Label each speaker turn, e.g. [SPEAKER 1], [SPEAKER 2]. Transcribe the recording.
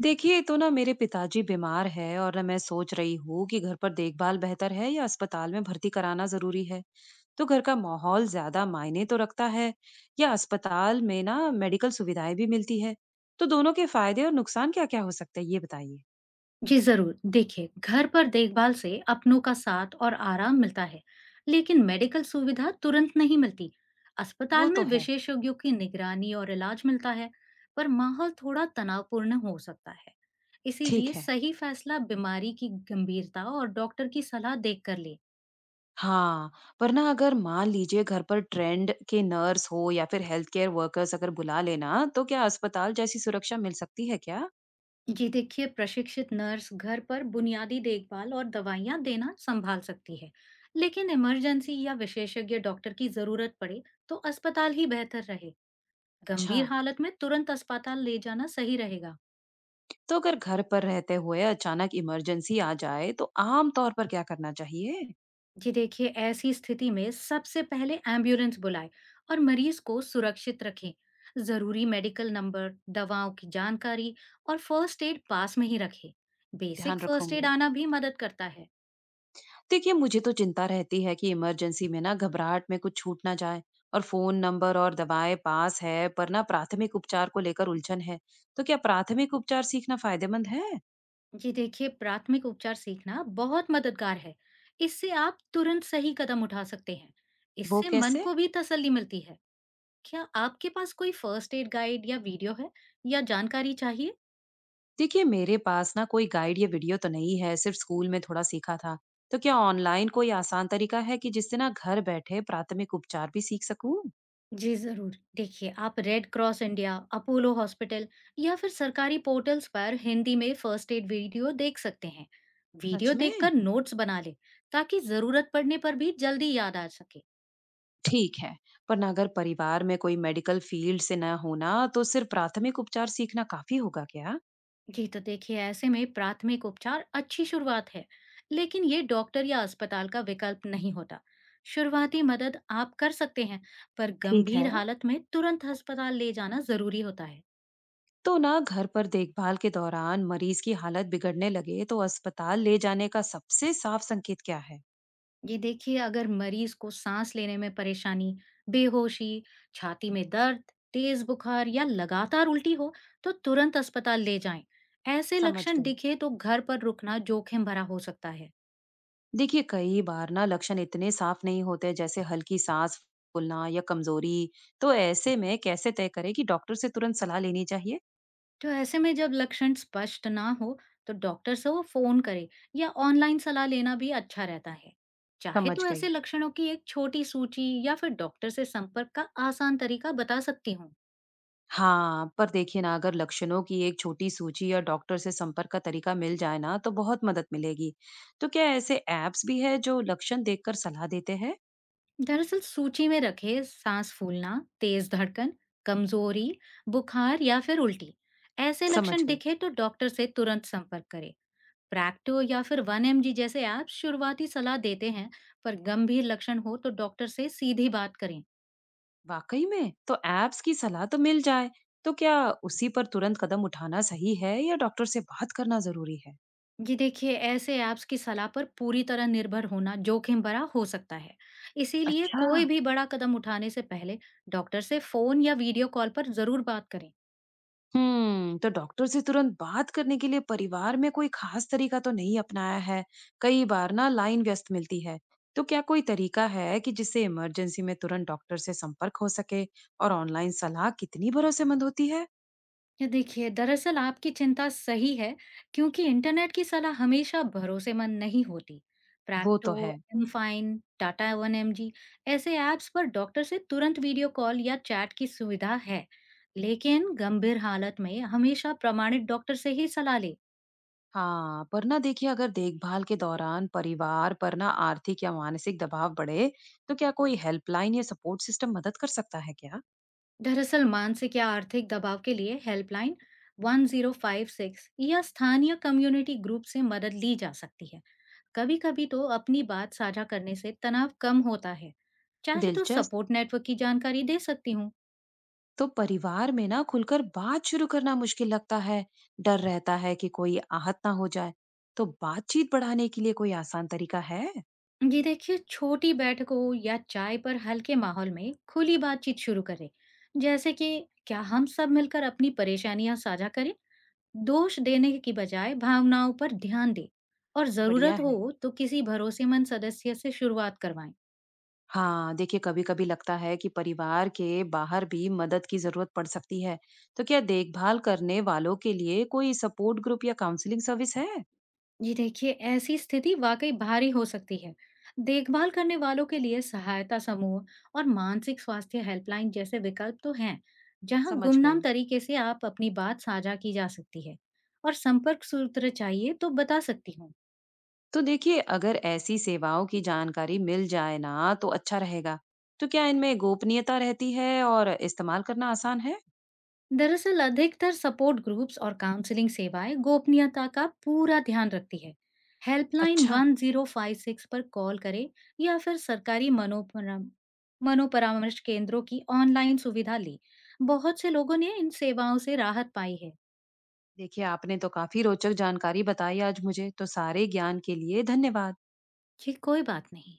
[SPEAKER 1] देखिए तो ना मेरे पिताजी बीमार है और ना मैं सोच रही हूँ कि घर पर देखभाल बेहतर है या अस्पताल में भर्ती कराना जरूरी है। तो घर का माहौल ज्यादा मायने तो रखता है या अस्पताल में ना मेडिकल सुविधाएं भी मिलती है। तो दोनों के फायदे और नुकसान क्या क्या हो सकते हैं ये बताइए।
[SPEAKER 2] जी जरूर। देखिए, घर पर देखभाल से अपनों का साथ और आराम मिलता है। लेकिन मेडिकल सुविधा तुरंत नहीं मिलती।
[SPEAKER 1] वो
[SPEAKER 2] अस्पताल
[SPEAKER 1] तो
[SPEAKER 2] में
[SPEAKER 1] है।
[SPEAKER 2] विशेषज्ञों की निगरानी और इलाज मिलता है। पर माहौल थोड़ा तनावपूर्ण हो सकता है।
[SPEAKER 1] ठीक
[SPEAKER 2] इसीलिए
[SPEAKER 1] है।
[SPEAKER 2] सही फैसला बीमारी की गंभीरता और डॉक्टर की सलाह देख कर ले।
[SPEAKER 1] हाँ, पर ना अगर मान लीजिए घर पर ट्रेंड के नर्स हो या फिर हेल्थ केयर वर्कर्स अगर बुला लेना तो क्या अस्पताल जैसी सुरक्षा मिल सकती है क्या?
[SPEAKER 2] ये देखिए, प्रशिक्षित नर्स घर पर बुनियादी देखभाल और दवाइयाँ देना संभाल सकती है। लेकिन इमरजेंसी या विशेषज्ञ डॉक्टर की जरूरत पड़े, तो अस्पताल ही बेहतर रहे।
[SPEAKER 1] अच्छा।
[SPEAKER 2] गंभीर हालत में तुरंत अस्पताल ले जाना सही रहेगा।
[SPEAKER 1] तो अगर घर पर रहते हुए अचानक इमरजेंसी आ जाए तो आम तौर पर क्या करना चाहिए?
[SPEAKER 2] जी देखिए, ऐसी स्थिति में सबसे पहले एम्बुलेंस बुलाएं और मरीज को सुरक्षित रखें। जरूरी मेडिकल नंबर, दवाओं की जानकारी और फर्स्ट एड पास में ही रखें।
[SPEAKER 1] ध्यान
[SPEAKER 2] बेसिक फर्स्ट एड
[SPEAKER 1] रखूंगी।
[SPEAKER 2] आना भी मदद करता है।
[SPEAKER 1] देखिए मुझे तो चिंता रहती है कि इमरजेंसी में ना घबराहट में कुछ छूट ना जाए। और फोन नंबर और दवाएं पास है पर ना प्राथमिक उपचार को लेकर उलझन है। तो क्या प्राथमिक उपचार सीखना फायदेमंद है?
[SPEAKER 2] जी देखिए, प्राथमिक उपचार सीखना बहुत मददगार है। इससे आप तुरंत सही कदम उठा सकते हैं।
[SPEAKER 1] वो
[SPEAKER 2] इससे मन
[SPEAKER 1] कैसे?
[SPEAKER 2] को भी तसल्ली मिलती है। क्या आपके पास कोई फर्स्ट एड गाइड या वीडियो है, या जानकारी चाहिए?
[SPEAKER 1] देखिए मेरे पास ना कोई गाइड या वीडियो तो नहीं है, सिर्फ स्कूल में थोड़ा सीखा था। तो क्या ऑनलाइन कोई आसान तरीका है कि जिससे ना घर बैठे प्राथमिक उपचार भी सीख सकूं?
[SPEAKER 2] जी जरूर। देखिए, आप Red Cross India, Apollo hospital या फिर सरकारी पोर्टल्स पर हिंदी में फर्स्ट एड वीडियो देख सकते हैं।
[SPEAKER 1] सच
[SPEAKER 2] वीडियो
[SPEAKER 1] में।
[SPEAKER 2] देखकर नोट्स बना ले, ताकि जरूरत पड़ने पर भी जल्दी याद आ सके।
[SPEAKER 1] ठीक है, वरना अगर परिवार में कोई मेडिकल फील्ड से न होना तो सिर्फ प्राथमिक उपचार सीखना काफ़ी होगा क्या?
[SPEAKER 2] जी, तो देखिए, ऐसे में प्राथमिक उपचार अच्छी शुरुआत है। लेकिन ये डॉक्टर या अस्पताल का विकल्प नहीं होता। शुरुआती मदद आप कर सकते हैं, पर
[SPEAKER 1] ठीक है।
[SPEAKER 2] गंभीर हालत में तुरंत अस्पताल ले जाना जरूरी होता है।
[SPEAKER 1] तो ना घर पर देखभाल के दौरान मरीज की हालत बिगड़ने लगे तो अस्पताल ले जाने का सबसे साफ संकेत क्या है?
[SPEAKER 2] ये देखिए, अगर मरीज को सांस लेने में परेशानी, बेहोशी, छाती में दर्द, तेज बुखार या लगातार उल्टी हो, तो तुरंत अस्पताल ले जाएं। ऐसे
[SPEAKER 1] समझ
[SPEAKER 2] लक्षण
[SPEAKER 1] गई।
[SPEAKER 2] दिखे तो घर पर रुकना जोखिम भरा हो सकता है।
[SPEAKER 1] देखिए कई बार ना लक्षण इतने साफ नहीं होते, जैसे हल्की सांस फूलना या कमजोरी, तो ऐसे में कैसे तय करें कि डॉक्टर से तुरंत सलाह लेनी चाहिए?
[SPEAKER 2] तो ऐसे में जब लक्षण स्पष्ट ना हो, तो डॉक्टर से वो फोन करे या ऑनलाइन सलाह लेना भी अच्छा रहता है। चाहे
[SPEAKER 1] समझ
[SPEAKER 2] तो
[SPEAKER 1] गई।
[SPEAKER 2] ऐसे लक्षणों की एक छोटी सूची या फिर डॉक्टर से संपर्क का आसान तरीका बता सकती हूँ।
[SPEAKER 1] हाँ, पर देखिए ना अगर लक्षणों की एक छोटी सूची या डॉक्टर से संपर्क का तरीका मिल जाए ना तो बहुत मदद मिलेगी। तो क्या ऐसे ऐप्स भी है जो लक्षण देखकर सलाह देते हैं?
[SPEAKER 2] दरअसल सूची में रखें सांस फूलना, तेज धड़कन, कमजोरी, बुखार या फिर उल्टी। ऐसे
[SPEAKER 1] समझ
[SPEAKER 2] लक्षण
[SPEAKER 1] गई।
[SPEAKER 2] दिखे तो डॉक्टर से तुरंत संपर्क करें। प्रैक्टो या फिर वन एम जी जैसे ऐप शुरुआती सलाह देते हैं। पर गंभीर लक्षण हो तो डॉक्टर से सीधी बात करें।
[SPEAKER 1] वाकई में? तो ऐप्स की सलाह तो मिल जाए, तो क्या उसी पर तुरंत कदम उठाना सही है या डॉक्टर से बात करना जरूरी है?
[SPEAKER 2] जी देखिए, ऐसे ऐप्स की सलाह पर पूरी तरह निर्भर होना जोखिम भरा हो सकता है। इसीलिए
[SPEAKER 1] अच्छा।
[SPEAKER 2] कोई भी बड़ा कदम उठाने से पहले डॉक्टर से फोन या वीडियो कॉल पर जरूर बात करें।
[SPEAKER 1] तो डॉक्टर से तुरंत बात करने के लिए परिवार में कोई खास तरीका तो नहीं अपनाया है। कई बार ना लाइन व्यस्त मिलती है। तो क्या कोई तरीका है कि जिससे इमरजेंसी में तुरंत डॉक्टर से संपर्क हो सके और ऑनलाइन सलाह कितनी भरोसेमंद होती है?
[SPEAKER 2] ये देखिए, दरअसल आपकी चिंता सही है, क्योंकि इंटरनेट की सलाह हमेशा भरोसेमंद नहीं होती।
[SPEAKER 1] वो तो
[SPEAKER 2] प्रैक्टो,
[SPEAKER 1] है।
[SPEAKER 2] Mfine, Tata one M G, ऐसे ऐप्स पर डॉक्टर से तुरंत वीडियो कॉल या चैट की सुविधा है, लेकिन गंभीर हालत में हमेशा प्रमाणित डॉक्टर से ही सलाह ले।
[SPEAKER 1] हाँ, पर ना देखिए अगर देखभाल के दौरान परिवार पर ना आर्थिक या मानसिक दबाव बढ़े तो क्या कोई हेल्पलाइन या सपोर्ट सिस्टम मदद कर सकता है क्या?
[SPEAKER 2] दरअसल मानसिक या आर्थिक दबाव के लिए हेल्पलाइन 1056 या स्थानीय कम्युनिटी ग्रुप से मदद ली जा सकती है। कभी कभी तो अपनी बात साझा करने से तनाव कम होता है। चाहे तो
[SPEAKER 1] दिलचस्प।
[SPEAKER 2] सपोर्ट नेटवर्क की जानकारी दे सकती हूँ।
[SPEAKER 1] तो परिवार में ना खुलकर बात शुरू करना मुश्किल लगता है। डर रहता है कि कोई आहत ना हो जाए। तो बातचीत बढ़ाने के लिए कोई आसान तरीका है?
[SPEAKER 2] जी देखिए, छोटी बैठकों या चाय पर हल्के माहौल में खुली बातचीत शुरू करें। जैसे कि क्या हम सब मिलकर अपनी परेशानियां साझा करें। दोष देने की बजाय भावनाओं पर ध्यान दें, और
[SPEAKER 1] बढ़िया
[SPEAKER 2] जरूरत
[SPEAKER 1] है।
[SPEAKER 2] हो तो किसी भरोसेमंद सदस्य से शुरुआत करवाएं।
[SPEAKER 1] हाँ, देखिए कभी कभी लगता है कि परिवार के बाहर भी मदद की जरूरत पड़ सकती है। तो क्या देखभाल करने वालों के लिए कोई सपोर्ट ग्रुप या काउंसलिंग सर्विस है?
[SPEAKER 2] जी देखिए, ऐसी स्थिति वाकई भारी हो सकती है। देखभाल करने वालों के लिए सहायता समूह और मानसिक स्वास्थ्य हेल्पलाइन जैसे विकल्प तो हैं, जहां
[SPEAKER 1] समझ
[SPEAKER 2] गुमनाम
[SPEAKER 1] गई।
[SPEAKER 2] तरीके से आप अपनी बात साझा की जा सकती है। और संपर्क सूत्र चाहिए तो बता सकती हूँ।
[SPEAKER 1] तो देखिए अगर ऐसी सेवाओं की जानकारी मिल जाए ना तो अच्छा रहेगा। तो क्या इनमें गोपनीयता रहती है और इस्तेमाल करना आसान है?
[SPEAKER 2] दरअसल अधिकतर सपोर्ट ग्रुप्स और काउंसलिंग सेवाएं गोपनीयता का पूरा ध्यान रखती है। हेल्पलाइन
[SPEAKER 1] अच्छा।
[SPEAKER 2] 1056 पर कॉल करें, या फिर सरकारी मनोपरामर्श केंद्रों की ऑनलाइन सुविधा लें। बहुत से लोगों ने इन सेवाओं से राहत पाई है।
[SPEAKER 1] देखिए, आपने तो काफ़ी रोचक जानकारी बताई आज मुझे, तो सारे ज्ञान के लिए धन्यवाद।
[SPEAKER 2] ये कोई बात नहीं।